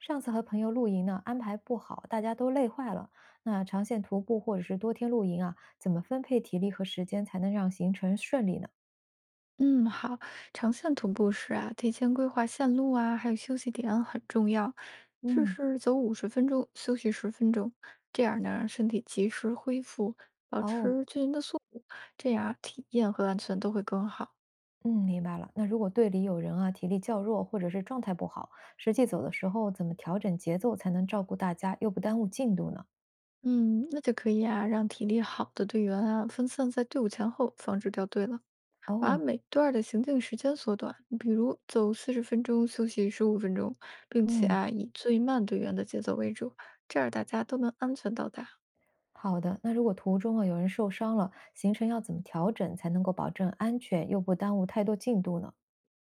上次和朋友露营呢，安排不好，大家都累坏了。那长线徒步或者是多天露营啊，怎么分配体力和时间才能让行程顺利呢？嗯，好，长线徒步时啊，提前规划线路啊，还有休息点很重要。试嗯，试走50分钟，休息十分钟，这样呢，身体及时恢复，保哦，持均匀的速度，这样体验和安全都会更好。嗯，明白了。那如果队里有人啊体力较弱，或者是状态不好，实际走的时候怎么调整节奏才能照顾大家又不耽误进度呢？嗯，那就可以啊，让体力好的队员啊分散在队伍前后，防止掉队了。把哦，每段儿的行进时间缩短，比如走40分钟，休息15分钟，并且嗯，啊，以最慢队员的节奏为主，这样大家都能安全到达。好的。那如果途中啊有人受伤了，行程要怎么调整才能够保证安全又不耽误太多进度呢？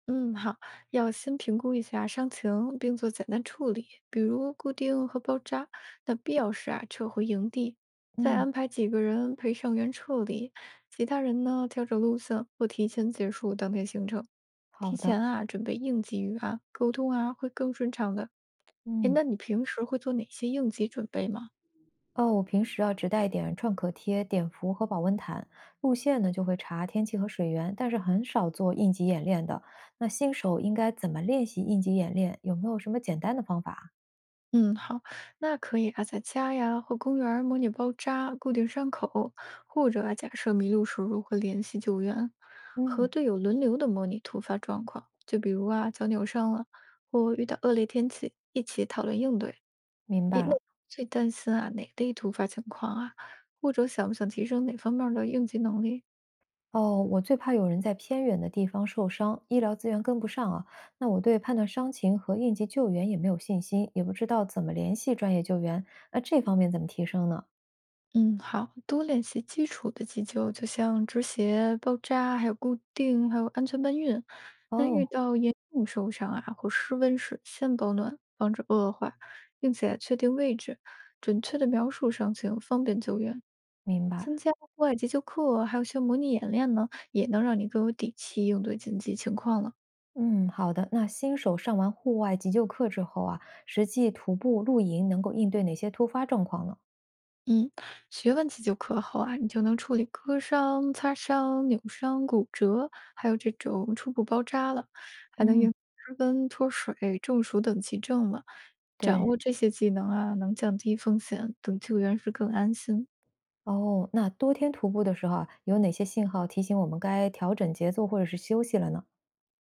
嗯，好，要先评估一下伤情，并做简单处理，比如固定和包扎。那必要时啊，撤回营地，再嗯，安排几个人陪伤员撤离，其他人呢调整路线或提前结束当天行程。好提的。前啊，准备应急预案，沟通啊会更顺畅的。诶，嗯。那你平时会做哪些应急准备吗？哦，我平时啊只带一点创可贴、碘伏和保温毯，路线呢就会查天气和水源，但是很少做应急演练的。那新手应该怎么练习应急演练？有没有什么简单的方法啊嗯，好，那可以啊，在家呀或公园儿模拟包扎、固定伤口，或者啊，假设迷路时如何联系救援，和嗯，队友轮流的模拟突发状况，就比如啊脚扭伤了，或遇到恶劣天气，一起讨论应对。明白了。最担心啊哪类突发情况啊，或者想不想提升哪方面儿的应急能力？哦，我最怕有人在偏远的地方受伤，医疗资源跟不上啊。那我对判断伤情和应急救援也没有信心，也不知道怎么联系专业救援。那这方面怎么提升呢？嗯，好，多练习基础的急救，就像止血、包扎，还有固定，还有安全搬运。那遇哦，到严重受伤啊，或失温时，先保暖，防止恶化，并且确定位置，准确的描述伤情，方便救援。明白。参加户外急救课，还有像模拟演练呢，也能让你更有底气应对紧急情况了。嗯，好的。那新手上完户外急救课之后啊，实际徒步露营能够应对哪些突发状况呢？嗯，学问自救课后啊，你就能处理割伤、擦伤、扭伤、骨折，还有这种初步包扎了，还能嗯，应湿温、脱水、中暑等急症了。掌对，握这些技能啊，能降低风险，等救援时更安心。哦，那多天徒步的时候啊，有哪些信号提醒我们该调整节奏或者是休息了呢？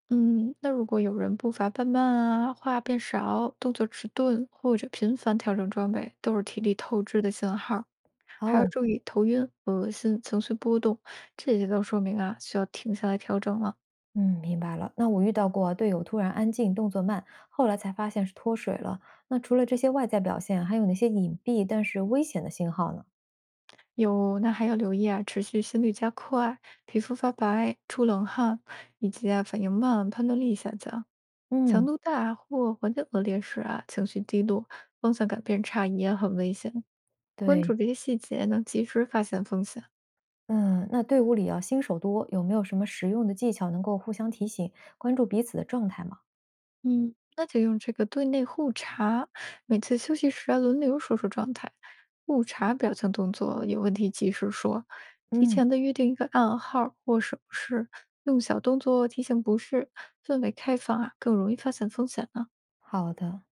嗯，那如果有人步伐变慢啊，话变少，动作迟钝，或者频繁调整装备，都是体力透支的信号。还要哦，注意头晕、恶心、情绪波动，这些都说明啊，需要停下来调整了。嗯，明白了。那我遇到过队友突然安静，动作慢，后来才发现是脱水了。那除了这些外在表现，还有哪些隐蔽但是危险的信号呢？有，那还要留意啊，持续心率加快、皮肤发白、出冷汗，以及啊反应慢、判断力下降、强嗯，度大或环境恶劣时啊，情绪低落、方向感变差也很危险。关注对。这些细节，能及时发现风险。嗯，那队伍里啊，新手多，有没有什么实用的技巧能够互相提醒，关注彼此的状态吗？嗯，那就用这个对内互查，每次休息时啊轮流说说状态，互查表情动作，有问题及时说，提嗯，前的约定一个暗号或手势，用小动作提醒不适，氛围开放啊更容易发现风险呢。好的。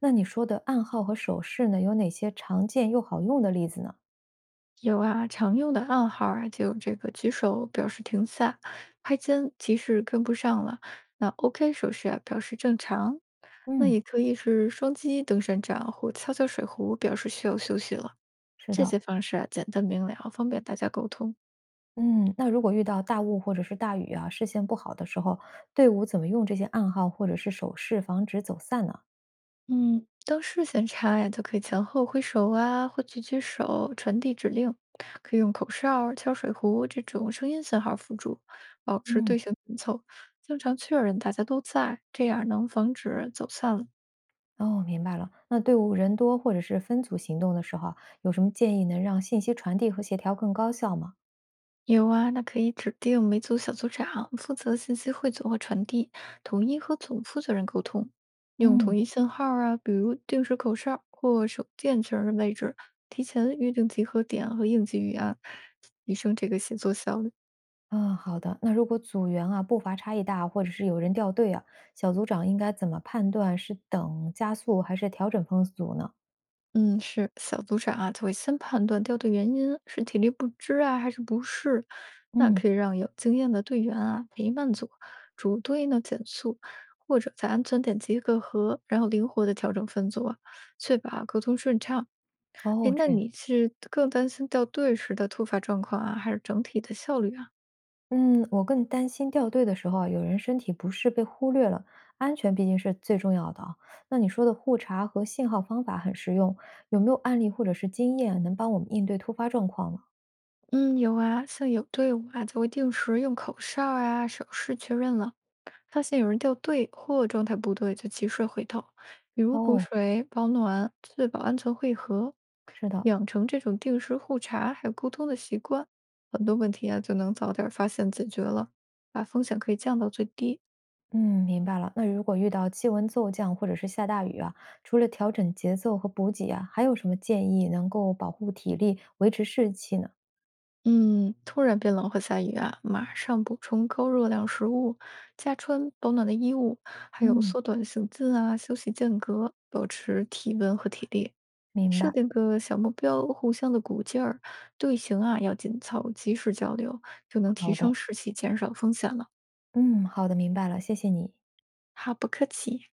那你说的暗号和手势呢，有哪些常见又好用的例子呢？有啊，常用的暗号啊就有这个举手表示停下，拍肩提示跟不上了，那 OK 手势啊表示正常。那嗯，也可以是双击登山杖或敲敲水壶，表示需要休息了。是这的。些方式啊，简单明了，方便大家沟通。嗯，那如果遇到大雾或者是大雨啊，视线不好的时候，队伍怎么用这些暗号或者是手势防止走散呢？嗯，当视线差呀，就可以前后挥手啊，或举举手传递指令，可以用口哨、敲水壶这种声音信号辅助，保持嗯，队形紧凑，经常确认大家都在，这样能防止走散了。哦，明白了。那队伍人多或者是分组行动的时候啊有什么建议能让信息传递和协调更高效吗？有啊，那可以指定每组小组长负责信息汇总和传递，统一和总负责人沟通，用嗯。统一信号啊，比如定时口哨或手电确认位置，提前预定集合点和应急预案，提升这个写作效率。嗯，好的。那如果组员啊步伐差异大，或者是有人掉队啊，小组长应该怎么判断是等加速还是调整风组呢？嗯，是小组长啊，就会先判断掉队原因是体力不支啊，还是不适。那嗯，可以让有经验的队员啊陪伴组主队呢减速，或者在安全点集个合，然后灵活的调整分组啊确保啊沟通顺畅。哎，哦，这那样。你是更担心掉队时的突发状况啊，还是整体的效率啊？嗯，我更担心掉队的时候啊，有人身体不适被忽略了，安全毕竟是最重要的啊。那你说的互查和信号方法很实用，有没有案例或者是经验能帮我们应对突发状况呢？嗯，有啊，像有队伍啊，就会定时用口哨啊、手势确认了。发现有人掉队或状态不对，就及时回头，比如补哦，水、保暖、确保安全汇合，是的，养成这种定时互查还有沟通的习惯，很多问题啊就能早点发现解决了，把风险可以降到最低。嗯，明白了。那如果遇到气温骤降或者是下大雨啊，除了调整节奏和补给啊，还有什么建议能够保护体力、维持士气呢？嗯，突然变冷或下雨啊，马上补充高热量食物，加穿保暖的衣物，还有嗯，缩短行进啊，休息间隔，保持体温和体力。明设白，定个小目标，互相的鼓劲儿，队形啊要紧凑，及时交流，就能提好的，升士气，减少风险了。嗯，好的，明白了，谢谢你。好，不客气。